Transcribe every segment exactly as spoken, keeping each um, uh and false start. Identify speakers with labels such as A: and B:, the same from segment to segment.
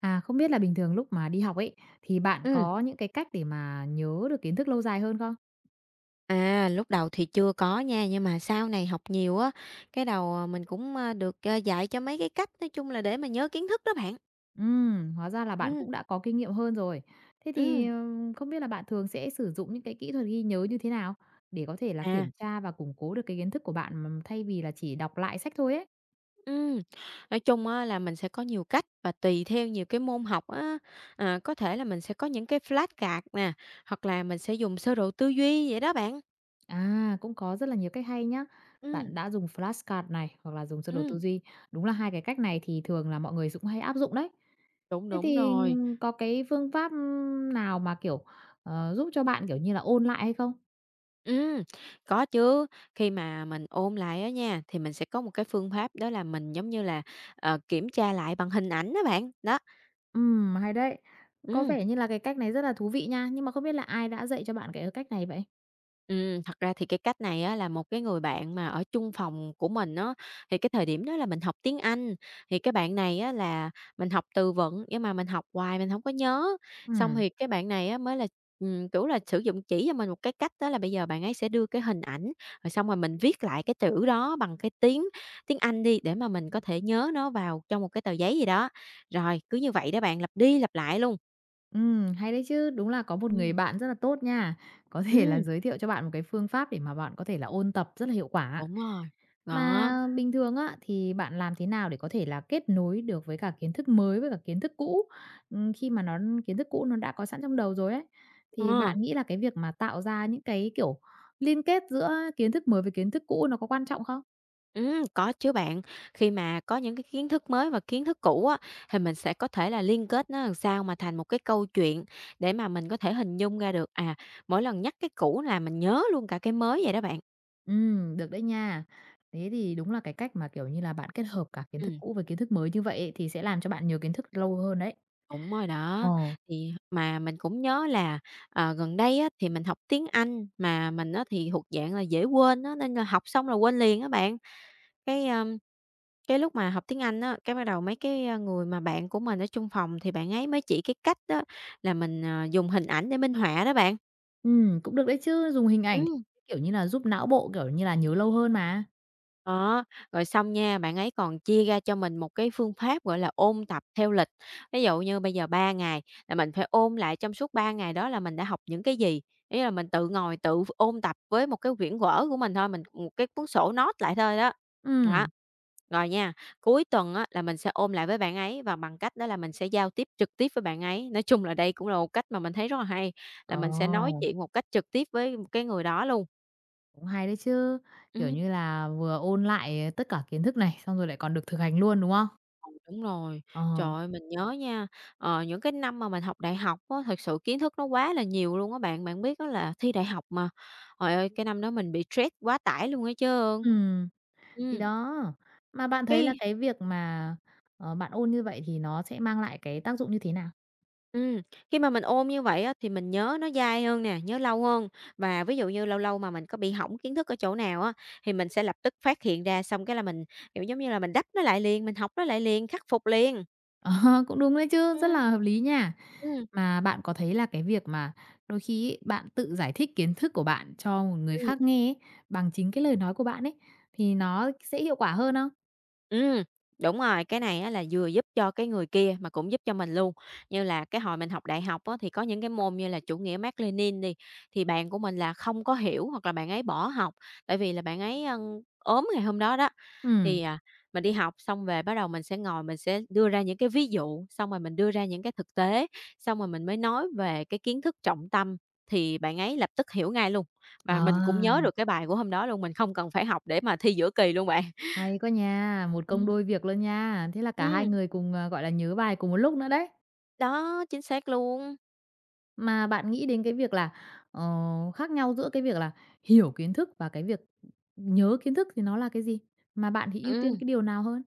A: À, không biết là bình thường lúc mà đi học ấy, thì bạn
B: Ừm,
A: có những cái cách để mà nhớ được kiến thức lâu dài hơn không?
B: à, Lúc đầu thì chưa có nha, nhưng mà sau này học nhiều á, cái đầu, ờ, mình cũng, a, được, a, dạy cho mấy cái cách nói chung là để mà nhớ kiến thức đó bạn.
A: Ừm, hóa ra là bạn
B: Ừm,
A: cũng đã có kinh nghiệm hơn rồi. Thế thì,
B: ừm,
A: ừm, không biết là bạn thường sẽ sử dụng những cái kỹ thuật ghi nhớ như thế nào để có thể là
B: à,
A: kiểm tra và củng cố được cái kiến thức của bạn, ừm, thay vì là chỉ đọc lại sách thôi ấy?
B: ừm, nói chung á là mình sẽ có nhiều cách và tùy theo nhiều cái môn học á, à, có thể là mình sẽ có những cái flashcard nè, hoặc là mình sẽ dùng sơ đồ tư duy vậy đó bạn.
A: À, cũng có rất là nhiều cách hay nhá.
B: Ừm,
A: Bạn đã dùng flashcard này hoặc là dùng sơ đồ tư
B: ừm,
A: duy. Đúng là hai cái cách này thì thường là mọi người cũng hay áp dụng đấy.
B: đúng,
A: Thế
B: đúng
A: thì
B: rồi.
A: ừm, có cái phương pháp ừm, nào mà, kiểu, ờ, giúp cho bạn, kiểu như là, ôn lại hay không?
B: Ừm, có chứ. Khi mà mình ôn lại á nha, thì mình sẽ có một cái phương pháp đó là mình, giống như là, ờ, kiểm tra lại bằng hình ảnh đó bạn, đó,
A: Ừm, hay đấy. Có
B: ừ.
A: vẻ như là cái cách này rất là thú vị nha, nhưng mà không biết là ai đã dạy cho bạn cái cách này vậy?
B: Ừm, thật ra thì cái cách này á là một cái người bạn mà ở chung phòng của mình á, thì cái thời điểm đó là mình học tiếng Anh, thì cái bạn này á là mình học từ vựng, nhưng mà mình học hoài mình không có nhớ. Xong
A: Ừm.
B: thì cái bạn này á mới là, ừm, kiểu là, sử dụng chỉ cho mình một cái cách đó là bây giờ bạn ấy sẽ đưa cái hình ảnh, rồi xong rồi mình viết lại cái chữ đó bằng cái tiếng tiếng Anh đi, để mà mình có thể nhớ nó vào trong một cái tờ giấy gì đó. Rồi, cứ như vậy đó bạn, lặp đi lặp lại luôn.
A: Ừm, hay đấy chứ. Đúng là có một người
B: Ừm.
A: bạn rất là tốt nha, có thể là
B: Ừm,
A: giới thiệu cho bạn một cái phương pháp để mà bạn có thể là ôn tập rất là hiệu quả á.
B: đúng rồi, đó,
A: Mà bình thường á, thì bạn làm thế nào để có thể là kết nối được với cả kiến thức mới với cả kiến thức cũ? Ừm, khi mà nó kiến thức cũ nó đã có sẵn trong đầu rồi ấy, thì
B: ờ.
A: bạn nghĩ là cái việc mà tạo ra những cái, kiểu, liên kết giữa kiến thức mới với kiến thức cũ nó có quan trọng không?
B: Ừm, có chứ bạn. Khi mà có những cái kiến thức mới và kiến thức cũ á, thì mình sẽ có thể là liên kết nó làm sao mà thành một cái câu chuyện để mà mình có thể hình dung ra được, à, mỗi lần nhắc cái cũ là mình nhớ luôn cả cái mới vậy đó bạn.
A: Ừm, được đấy nha. Thế thì đúng là cái cách mà, kiểu như là, bạn kết hợp cả kiến thức
B: Ừm,
A: cũ với kiến thức mới như vậy ấy, thì sẽ làm cho bạn nhớ kiến thức lâu hơn đấy.
B: đúng rồi đó.
A: Ờ,
B: Thì mà mình cũng nhớ là, ờ, gần đây á, thì mình học tiếng Anh, mà mình á, thì thuộc dạng là dễ quên á, nên là học xong là quên liền á bạn. Cái, ờm, cái lúc mà học tiếng Anh á, cái bắt đầu mấy cái, a, người mà bạn của mình ở chung phòng thì bạn ấy mới chỉ cái cách đó là mình, ờ, dùng hình ảnh để minh họa đó bạn.
A: ừm, cũng được đấy chứ, dùng hình ảnh thì,
B: Ừm.
A: kiểu như là, giúp não bộ, kiểu như là, nhớ lâu hơn mà.
B: Đó, rồi xong nha, bạn ấy còn chia ra cho mình một cái phương pháp, gọi là, ôn tập theo lịch. Ví dụ như bây giờ ba ngày là mình phải ôn lại trong suốt ba ngày đó là mình đã học những cái gì, ý là mình tự ngồi tự ôn tập với một cái quyển vở của mình thôi, mình một cái cuốn sổ nốt lại thôi đó. Đó,
A: Ừm,
B: rồi nha, cuối tuần á là mình sẽ ôn lại với bạn ấy và bằng cách đó là mình sẽ giao tiếp trực tiếp với bạn ấy. Nói chung là đây cũng là một cách mà mình thấy rất là hay, là mình sẽ nói
A: ờ,
B: chuyện một cách trực tiếp với cái người đó luôn.
A: cũng hay đấy chứ, kiểu
B: Ừm.
A: như là, vừa ôn lại tất cả kiến thức này, xong rồi lại còn được thực hành luôn, đúng không?
B: Đúng rồi. Trời
A: Ờ,
B: ơi, mình nhớ nha, ờ, những cái năm mà mình học đại học á, thực sự kiến thức nó quá là nhiều luôn á bạn. Bạn biết đó là thi đại học mà, trời ơi, cái năm đó mình bị stress quá tải luôn á chớ.
A: ừm, thì
B: Ừm,
A: đó. Mà bạn thấy là
B: khi
A: cái việc mà, ờ, bạn ôn như vậy thì nó sẽ mang lại cái tác dụng như thế nào?
B: ừm, khi mà mình ôn như vậy á, thì mình nhớ nó dai hơn nè, nhớ lâu hơn. Và ví dụ như lâu lâu mà mình có bị hỏng kiến thức ở chỗ nào á, thì mình sẽ lập tức phát hiện ra, xong cái là mình, kiểu, giống như là, mình đắp nó lại liền, mình học nó lại liền, khắc phục liền.
A: Ờ, cũng đúng đấy chứ, rất
B: Ừm.
A: là hợp lý nha.
B: Ừm,
A: Mà bạn có thấy là cái việc mà đôi khi ấy, bạn tự giải thích kiến thức của bạn cho một người
B: ừm.
A: khác nghe ấy, bằng chính cái lời nói của bạn ấy, thì nó sẽ hiệu quả hơn không?
B: Ừm, đúng rồi, cái này á là vừa giúp cho cái người kia mà cũng giúp cho mình luôn. Như là cái hồi mình học đại học á, thì có những cái môn như là chủ nghĩa Mác Lênin đi, thì bạn của mình là không có hiểu hoặc là bạn ấy bỏ học, tại vì là bạn ấy, ơ, ốm ngày hôm đó đó.
A: Ừ.
B: Thì, à, mình đi học xong về bắt đầu mình sẽ ngồi mình sẽ đưa ra những cái ví dụ, xong rồi mình đưa ra những cái thực tế, xong rồi mình mới nói về cái kiến thức trọng tâm, thì bạn ấy lập tức hiểu ngay luôn. Và mình cũng nhớ
A: Ờ,
B: được cái bài của hôm đó luôn, mình không cần phải học để mà thi giữa kỳ luôn bạn.
A: hay quá nha, một công
B: Ừm.
A: đôi việc luôn nha. Thế là cả hai
B: Ừ,
A: người cùng, ờ, gọi là, nhớ bài cùng một lúc nữa đấy.
B: đó, chính xác luôn.
A: Mà bạn nghĩ đến cái việc là, ờ, khác nhau giữa cái việc là hiểu kiến thức và cái việc nhớ kiến thức thì nó là cái gì? Mà bạn thì ưu tiên
B: Ừm,
A: cái điều nào hơn?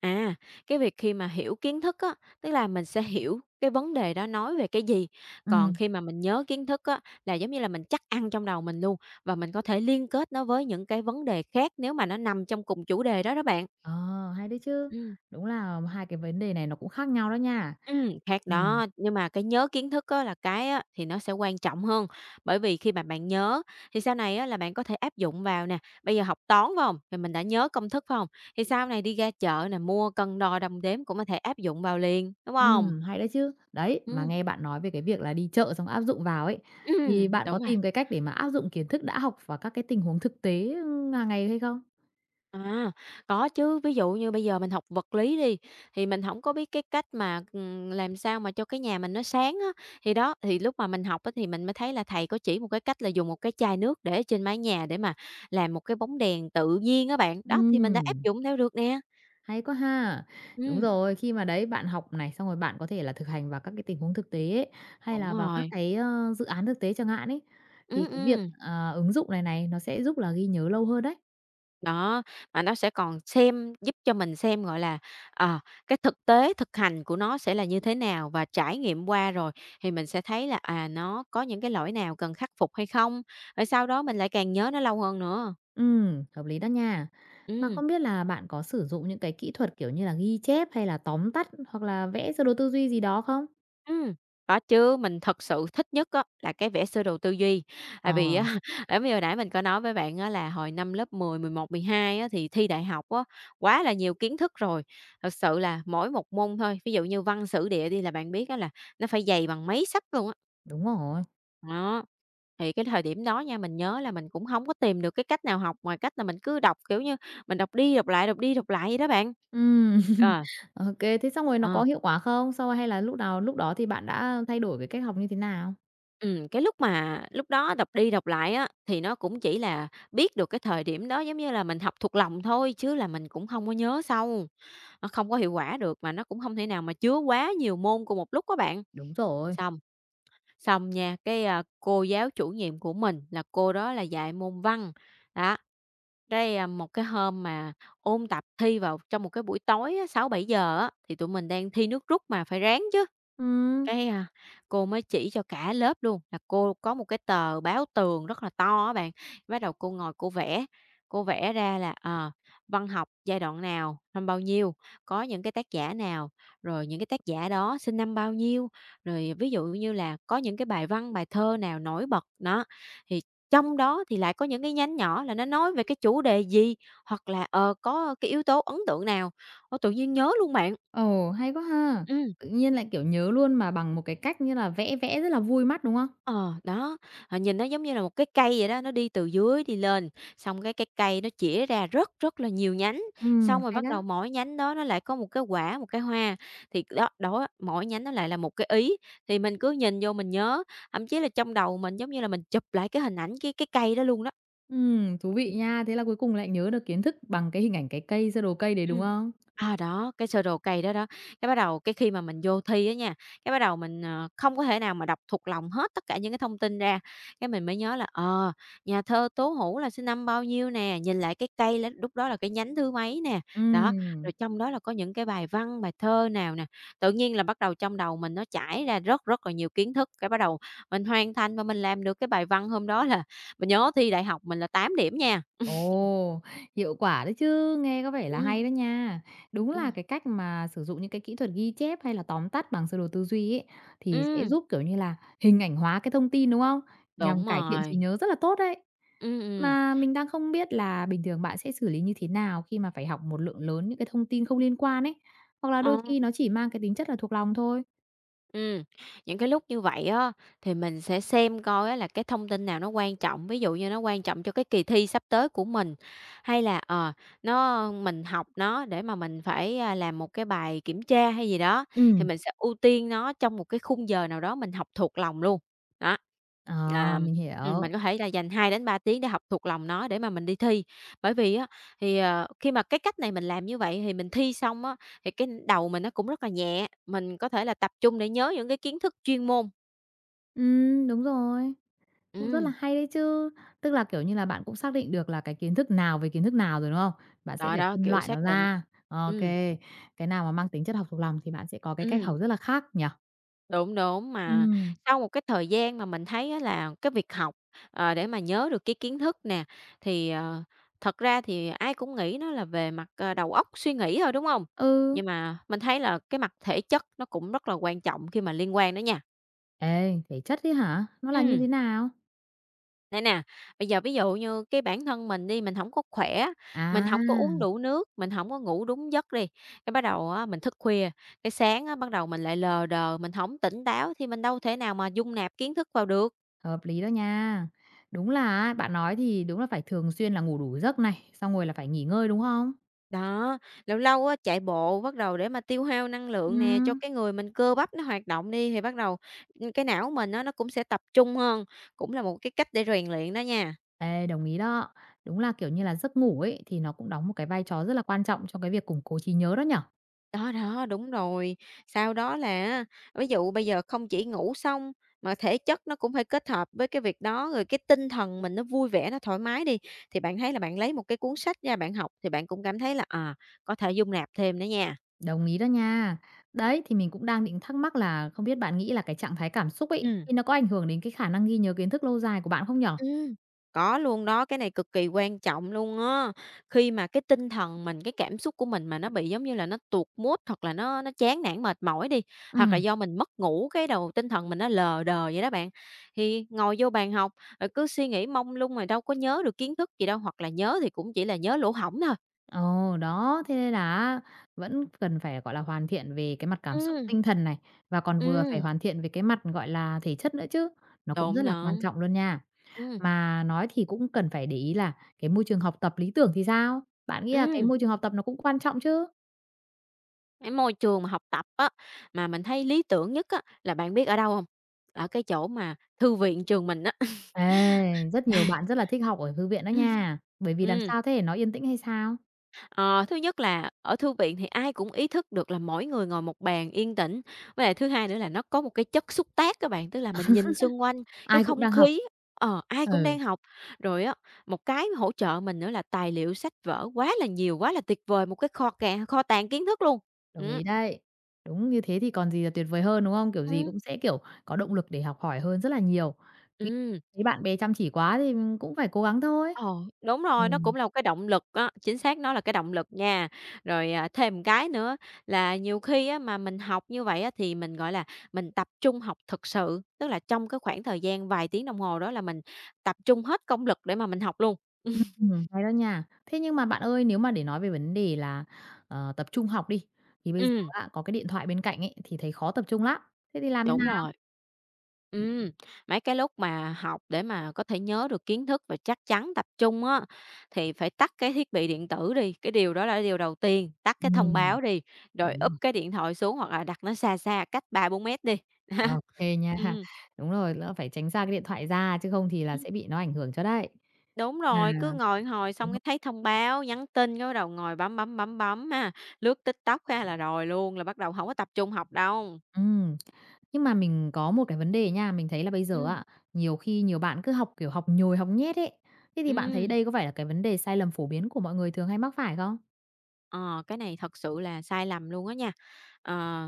B: à, cái việc khi mà hiểu kiến thức á, tức là mình sẽ hiểu cái vấn đề đó nói về cái gì, còn
A: Ừm.
B: khi mà mình nhớ kiến thức á, là giống như là mình chắc ăn trong đầu mình luôn, và mình có thể liên kết nó với những cái vấn đề khác nếu mà nó nằm trong cùng chủ đề đó đó bạn.
A: Ờ, hay đấy chứ.
B: Ừm.
A: Đúng là hai cái vấn đề này nó cũng khác nhau đó nha.
B: Ừm, khác
A: Ừm,
B: đó, nhưng mà cái nhớ kiến thức á là cái á thì nó sẽ quan trọng hơn, bởi vì khi mà bạn nhớ thì sau này á là bạn có thể áp dụng vào nè. Bây giờ học toán, phải không? Thì mình đã nhớ công thức, phải không? Thì sau này đi ra chợ nè, mua cân đo đong đếm cũng có thể áp dụng vào liền, đúng không?
A: ừm, hay đấy chứ. Đấy, mà
B: Ừm,
A: nghe bạn nói về cái việc là đi chợ xong áp dụng vào ấy, thì
B: ừm,
A: bạn có
B: đúng rồi.
A: tìm cái cách để mà áp dụng kiến thức đã học vào các cái tình huống thực tế, hàng ngày hay không?
B: À, có chứ, ví dụ như bây giờ mình học vật lý đi, thì mình không có biết cái cách mà, ừm, làm sao mà cho cái nhà mình nó sáng á. Thì đó, thì lúc mà mình học á thì mình mới thấy là thầy có chỉ một cái cách là dùng một cái chai nước để ở trên mái nhà để mà làm một cái bóng đèn tự nhiên á bạn. Đó, thì mình đã áp
A: Ừm,
B: dụng theo được nè.
A: hay quá ha. Đúng
B: Ừm,
A: rồi, khi mà đấy bạn học này, xong rồi bạn có thể là thực hành vào các cái tình huống thực tế ấy, hay
B: đúng
A: là vào các
B: rồi.
A: cái, ơ, dự án thực tế chẳng hạn ấy, thì
B: Ừ,
A: cái việc,
B: ừ.
A: à, ứng dụng này này, nó sẽ giúp là ghi nhớ lâu hơn đấy.
B: Đó, mà nó sẽ còn xem giúp cho mình xem, gọi là, ờ, cái thực tế, thực hành của nó sẽ là như thế nào và trải nghiệm qua rồi thì mình sẽ thấy là, à, nó có những cái lỗi nào cần khắc phục hay không, rồi sau đó mình lại càng nhớ nó lâu hơn nữa.
A: Ừm, hợp lý đó nha. Mà
B: Ừm.
A: không biết là bạn có sử dụng những cái kỹ thuật, kiểu như là, ghi chép hay là tóm tắt hoặc là vẽ sơ đồ tư duy gì đó không?
B: Ừm, có chứ, mình thật sự thích nhất á là cái vẽ sơ đồ tư duy.
A: Ờ,
B: Tại vì á, giống như hồi nãy mình có nói với bạn á là hồi năm lớp mười, mười một, mười hai á thì thi đại học á, quá là nhiều kiến thức rồi. Thật sự là mỗi một môn thôi, ví dụ như văn, sử, địa đi là bạn biết á là nó phải dày bằng mấy sách luôn á.
A: đúng rồi.
B: Đó, thì cái thời điểm đó nha, mình nhớ là mình cũng không có tìm được cái cách nào học ngoài cách là mình cứ đọc, kiểu như, mình đọc đi đọc lại, đọc đi đọc lại vậy đó bạn.
A: Ừm,
B: Ờ.
A: ok thế xong rồi nó có
B: Ờ.
A: hiệu quả không? Sau rồi hay là lúc nào lúc đó thì bạn đã thay đổi cái cách học như thế nào?
B: Ừm, cái lúc mà lúc đó đọc đi đọc lại á, thì nó cũng chỉ là biết được cái thời điểm đó giống như là mình học thuộc lòng thôi, chứ là mình cũng không có nhớ sâu, nó không có hiệu quả được, mà nó cũng không thể nào mà chứa quá nhiều môn cùng một lúc các bạn.
A: Đúng rồi.
B: Xong xong nha, cái, a, cô giáo chủ nhiệm của mình là cô đó là dạy môn Văn, đó, cái, a, một cái hôm mà ôn tập thi vào trong một cái buổi tối á, sáu bảy giờ á, thì tụi mình đang thi nước rút mà phải ráng chứ,
A: Ừm,
B: cái, a, cô mới chỉ cho cả lớp luôn, là cô có một cái tờ báo tường rất là to á bạn, bắt đầu cô ngồi cô vẽ, cô vẽ ra là, ờ, văn học giai đoạn nào, năm bao nhiêu, có những cái tác giả nào, rồi những cái tác giả đó sinh năm bao nhiêu, rồi ví dụ như là có những cái bài văn, bài thơ nào nổi bật. Đó, thì trong đó thì lại có những cái nhánh nhỏ là nó nói về cái chủ đề gì, hoặc là, ờ, có cái yếu tố ấn tượng nào. Ôi, tự nhiên nhớ luôn bạn.
A: ồ, hay quá ha!
B: Ừ.
A: Tự nhiên lại, kiểu, nhớ luôn mà bằng một cái cách như là vẽ vẽ rất là vui mắt, đúng không?
B: Ờ, đó, ờ, nhìn nó giống như là một cái cây vậy đó, nó đi từ dưới đi lên, xong cái cái cây nó chĩa ra rất rất là nhiều nhánh,
A: Ừm,
B: xong rồi
A: hay
B: bắt đầu
A: đó.
B: mỗi nhánh đó nó lại có một cái quả, một cái hoa, thì đó đó, mỗi nhánh nó lại là một cái ý, thì mình cứ nhìn vô mình nhớ, thậm chí là trong đầu mình giống như là mình chụp lại cái hình ảnh cái cái cây đó luôn đó.
A: Ừm, thú vị nha. Thế là cuối cùng lại nhớ được kiến thức bằng cái hình ảnh cái cây, sơ đồ cây đấy, đúng
B: Ừm.
A: không?
B: À, đó, cái sơ đồ cây đó đó, cái bắt đầu cái khi mà mình vô thi á nha, cái bắt đầu mình, ờ, không có thể nào mà đọc thuộc lòng hết tất cả những cái thông tin ra, cái mình mới nhớ là, ờ, nhà thơ Tố Hữu là sinh năm bao nhiêu nè, nhìn lại cái cây lá lúc đó là cái nhánh thứ mấy nè, đó,
A: Ừm,
B: rồi trong đó là có những cái bài văn, bài thơ nào nè. Tự nhiên là bắt đầu trong đầu mình nó chảy ra rất rất là nhiều kiến thức, cái bắt đầu mình hoàn thành và mình làm được cái bài văn hôm đó là mình nhớ thi đại học mình là tám điểm nha.
A: ồ, hiệu quả đấy chứ, nghe có vẻ là
B: Ừm,
A: hay đó nha. Đúng là
B: ừm,
A: cái cách mà sử dụng những cái kỹ thuật ghi chép hay là tóm tắt bằng sơ đồ tư duy ấy, thì sẽ
B: ừm,
A: giúp, kiểu như là, hình ảnh hóa cái thông tin, đúng không? Nhằm
B: đúng
A: cải thiện trí
B: rồi.
A: nhớ rất là tốt đấy.
B: Ừ, ừ,
A: Mà mình đang không biết là bình thường bạn sẽ xử lý như thế nào khi mà phải học một lượng lớn những cái thông tin không liên quan ấy, hoặc là
B: ờ,
A: đôi khi nó chỉ mang cái tính chất là thuộc lòng thôi?
B: ừm, những cái lúc như vậy á, thì mình sẽ xem coi á là cái thông tin nào nó quan trọng, ví dụ như nó quan trọng cho cái kỳ thi sắp tới của mình, hay là, ờ, nó mình học nó để mà mình phải, a, làm một cái bài kiểm tra hay gì đó, thì
A: Ừm,
B: mình sẽ ưu tiên nó trong một cái khung giờ nào đó mình học thuộc lòng luôn. Đó,
A: à
B: là,
A: mình
B: ừm,
A: hiểu.
B: mình có thể là dành hai đến ba tiếng để học thuộc lòng nó để mà mình đi thi. Bởi vì á, thì, ờ, khi mà cái cách này mình làm như vậy thì mình thi xong á. Thì cái đầu mình nó cũng rất là nhẹ, mình có thể là tập trung để nhớ những cái kiến thức chuyên môn.
A: Ừm, đúng rồi. Cũng rất là
B: Ừm,
A: hay đấy chứ. Tức là, kiểu như là, bạn cũng xác định được là cái kiến thức nào về kiến thức nào rồi, đúng không? Bạn sẽ
B: đó,
A: phải
B: đó,
A: phân
B: kiểu,
A: loại
B: xác
A: nó
B: định.
A: ra. Ô
B: Ừm,
A: kê, cái nào mà mang tính chất học thuộc lòng thì bạn sẽ có cái cách học
B: ừm,
A: rất là khác nhỉ?
B: đúng, đúng, mà
A: Ừm,
B: sau một cái thời gian mà mình thấy á là cái việc học, ờ, để mà nhớ được cái kiến thức nè, thì, ờ, thật ra thì ai cũng nghĩ nó là về mặt, ờ, đầu óc, suy nghĩ thôi, đúng không?
A: ừ.
B: Nhưng mà mình thấy là cái mặt thể chất nó cũng rất là quan trọng khi mà liên quan đó nha.
A: Ê, thể chất ấy hả? Nó là như thế
B: Ừm.
A: nào?
B: Này nè, bây giờ ví dụ như cái bản thân mình đi, mình hổng có khỏe, mình
A: À,
B: hổng có uống đủ nước, mình hổng có ngủ đúng giấc đi, cái bắt đầu á mình thức khuya, cái sáng á bắt đầu mình lại lờ đờ, mình hổng tỉnh táo thì mình đâu thể nào mà dung nạp kiến thức vào được.
A: hợp lý đó nha. Đúng là á, bạn nói thì đúng là phải thường xuyên là ngủ đủ giấc này, xong rồi là phải nghỉ ngơi, đúng không?
B: Đó, lâu lâu á chạy bộ bắt đầu để mà tiêu hao năng lượng nè, cho
A: Ừm.
B: cái người mình cơ bắp nó hoạt động đi thì bắt đầu, ừm, cái não mình á nó cũng sẽ tập trung hơn, cũng là một cái cách để rèn luyện đó nha.
A: Ê, đồng ý đó. Đúng là, kiểu như là, giấc ngủ ấy, thì nó cũng đóng một cái vai trò rất là quan trọng trong cái việc củng cố trí nhớ đó nhở?
B: Đó, đó, đúng rồi. Sau đó là ví dụ bây giờ không chỉ ngủ xong mà thể chất nó cũng phải kết hợp với cái việc đó, rồi cái tinh thần mình nó vui vẻ, nó thoải mái đi, thì bạn thấy là bạn lấy một cái cuốn sách ra bạn học thì bạn cũng cảm thấy là, à, có thể dung nạp thêm nữa nha.
A: Đồng ý đó nha. Đấy, thì mình cũng đang định thắc mắc là không biết bạn nghĩ là cái trạng thái cảm xúc ấy,
B: Ừ,
A: thì nó có ảnh hưởng đến cái khả năng ghi nhớ kiến thức lâu dài của bạn không nhở?
B: ừm, có luôn đó, cái này cực kỳ quan trọng luôn á. Khi mà cái tinh thần mình, cái cảm xúc của mình mà nó bị giống như là nó tuột mood hoặc là nó nó chán nản mệt mỏi đi, hoặc là
A: Ừm,
B: do mình mất ngủ cái đầu tinh thần mình nó lờ đờ vậy đó bạn, thì ngồi vô bàn học rồi cứ suy nghĩ mông lung mà đâu có nhớ được kiến thức gì đâu, hoặc là nhớ thì cũng chỉ là nhớ lỗ hổng thôi.
A: ồ, đó, thế nên là vẫn cần phải, gọi là, hoàn thiện về cái mặt cảm xúc
B: Ừm,
A: tinh thần này, và còn vừa phải
B: ừm,
A: hoàn thiện về cái mặt, gọi là, thể chất nữa chứ. Nó cũng rất
B: đúng,
A: là quan
B: đúng.
A: trọng luôn nha.
B: Ừm,
A: Mà nói thì cũng cần phải để ý là cái môi trường học tập lý tưởng thì sao? Bạn nghĩ là cái
B: ừm.
A: môi trường học tập nó cũng quan trọng chứ?
B: Cái môi trường mà học tập á, mà mình thấy lý tưởng nhất á, là bạn biết ở đâu không? Ở cái chỗ mà thư viện trường mình á.
A: Ê, rất nhiều bạn rất là thích học ở thư viện đó
B: Ừ,
A: nha. Bởi vì làm
B: ừm,
A: sao thế? Nó yên tĩnh hay sao?
B: ờ, thứ nhất là ở thư viện thì ai cũng ý thức được là mỗi người ngồi một bàn yên tĩnh, với lại thứ hai nữa là nó có một cái chất xúc tác các bạn, tức là mình nhìn xung quanh, cái
A: Ai cũng
B: không
A: đang học.
B: khí, ờ, ai cũng
A: Ừ,
B: đang học. Rồi á, một cái hỗ trợ mình nữa là tài liệu sách vở quá là nhiều, quá là tuyệt vời, một cái kho càng kho tàng kiến thức luôn.
A: đồng
B: Ừm,
A: ý đấy. Đúng như thế thì còn gì là tuyệt vời hơn, đúng không? Kiểu gì
B: ừm,
A: cũng sẽ, kiểu, có động lực để học hỏi hơn rất là nhiều. Cứ
B: ừm.
A: thấy bạn bè chăm chỉ quá thì, cũng phải cố gắng thôi.
B: Ờ, đúng rồi, nó
A: Ừm.
B: cũng là một cái động lực á, chính xác nó là cái động lực nha. Rồi, à, thêm một cái nữa là nhiều khi á mà mình học như vậy á thì mình, gọi là, mình tập trung học thực sự, tức là trong cái khoảng thời gian vài tiếng đồng hồ đó là mình tập trung hết công lực để mà mình học luôn. Ừm,
A: Ừm, hay đó nha. Thế nhưng mà bạn ơi, nếu mà để nói về vấn đề là, ờ, tập trung học đi, thì bây giờ á, có cái điện thoại bên cạnh ấy, thì thấy khó tập trung lắm. Thế thì làm thế
B: đúng
A: nào?
B: rồi. Ừm, mấy cái lúc mà học để mà có thể nhớ được kiến thức và chắc chắn tập trung á, thì phải tắt cái thiết bị điện tử đi, cái điều đó là điều đầu tiên, tắt cái thông
A: Ừm,
B: báo đi, rồi
A: đúng
B: úp
A: rồi.
B: cái điện thoại xuống hoặc là đặt nó xa xa cách ba bốn mét đi.
A: Ok nha.
B: Ừm,
A: Đúng rồi, lỡ phải tránh xa cái điện thoại ra, chứ không thì là
B: ừm,
A: sẽ bị nó ảnh hưởng cho đấy.
B: đúng
A: Mà
B: rồi, cứ ngồi hồi
A: đúng
B: xong
A: rồi
B: cái thấy thông báo, nhắn tin cái bắt đầu ngồi bấm, bấm, bấm, bấm ha, lướt tik tok ha là rồi luôn, là bắt đầu không có tập trung học đâu.
A: ừm, nhưng mà mình có một cái vấn đề nha, mình thấy là bây giờ
B: Ừm,
A: ạ nhiều khi nhiều bạn cứ học, kiểu, học nhồi học nhét ấy. Thế thì bạn thấy
B: ừm.
A: đây có phải là cái vấn đề sai lầm phổ biến của mọi người thường hay mắc phải không?
B: Ờ, cái này thật sự là sai lầm luôn á nha. Ờ,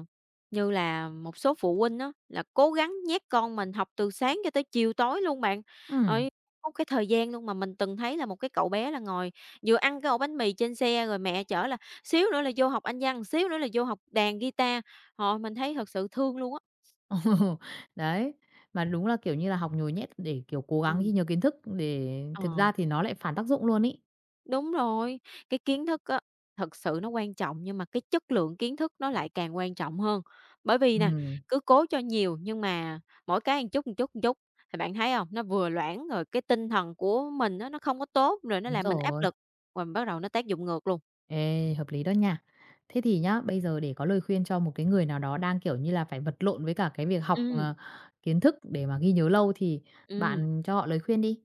B: như là một số phụ huynh á, là cố gắng nhét con mình học từ sáng cho tới chiều tối luôn bạn.
A: Ừm.
B: Rồi có cái thời gian luôn mà mình từng thấy là một cái cậu bé là ngồi vừa ăn cái ổ bánh mì trên xe rồi mẹ chở là xíu nữa là vô học Anh văn, xíu nữa là vô học đàn guitar. Họ mình thấy thật sự thương luôn á.
A: Ồ, đấy, mà đúng là, kiểu như là, học nhồi nhét để, kiểu, cố gắng ghi
B: Ừm.
A: nhớ kiến thức để
B: Ờ.
A: thực ra thì nó lại phản tác dụng luôn ý.
B: Đúng rồi, cái kiến thức á, thật sự nó quan trọng nhưng mà cái chất lượng kiến thức nó lại càng quan trọng hơn. Bởi vì nè,
A: Ừm,
B: cứ cố cho nhiều nhưng mà mỗi cái một chút, một chút, một chút thì bạn thấy không? Nó vừa loãng rồi cái tinh thần của mình á, nó không có tốt, rồi nó
A: đúng
B: làm mình áp
A: rồi.
B: lực, rồi mình bắt đầu nó tác dụng ngược luôn.
A: Ê, hợp lý đó nha. Thế thì nhá, bây giờ để có lời khuyên cho một cái người nào đó đang, kiểu như là, phải vật lộn với cả cái việc học,
B: Ừm,
A: ờ, kiến thức để mà ghi nhớ lâu thì
B: ừm.
A: bạn cho họ lời khuyên đi.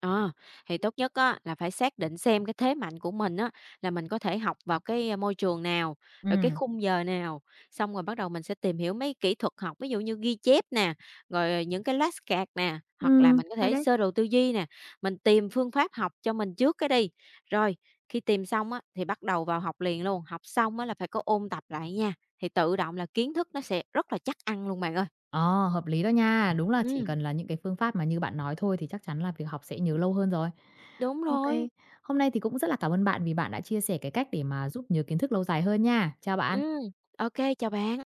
B: Ờ, thì tốt nhất á là phải xác định xem cái thế mạnh của mình á là mình có thể học vào cái môi trường nào, rồi cái
A: Ừm.
B: khung giờ nào, xong rồi bắt đầu mình sẽ tìm hiểu mấy kỹ thuật học, ví dụ như ghi chép nè, rồi những cái flashcard nè, hoặc là
A: Ừm,
B: mình có
A: hay
B: thể
A: đấy.
B: sơ đồ tư duy nè, mình tìm phương pháp học cho mình trước cái đi. Rồi, khi tìm xong á thì bắt đầu vào học liền luôn, học xong á là phải có ôn tập lại nha, thì tự động là kiến thức nó sẽ rất là chắc ăn luôn bạn ơi.
A: Ờ, hợp lý đó nha. Đúng là chỉ
B: Ừm,
A: cần là những cái phương pháp mà như bạn nói thôi thì chắc chắn là việc học sẽ nhớ lâu hơn rồi.
B: đúng
A: Ok,
B: rồi.
A: hôm nay thì cũng rất là cảm ơn bạn vì bạn đã chia sẻ cái cách để mà giúp nhớ kiến thức lâu dài hơn nha. Chào bạn.
B: Ừ, ok chào bạn.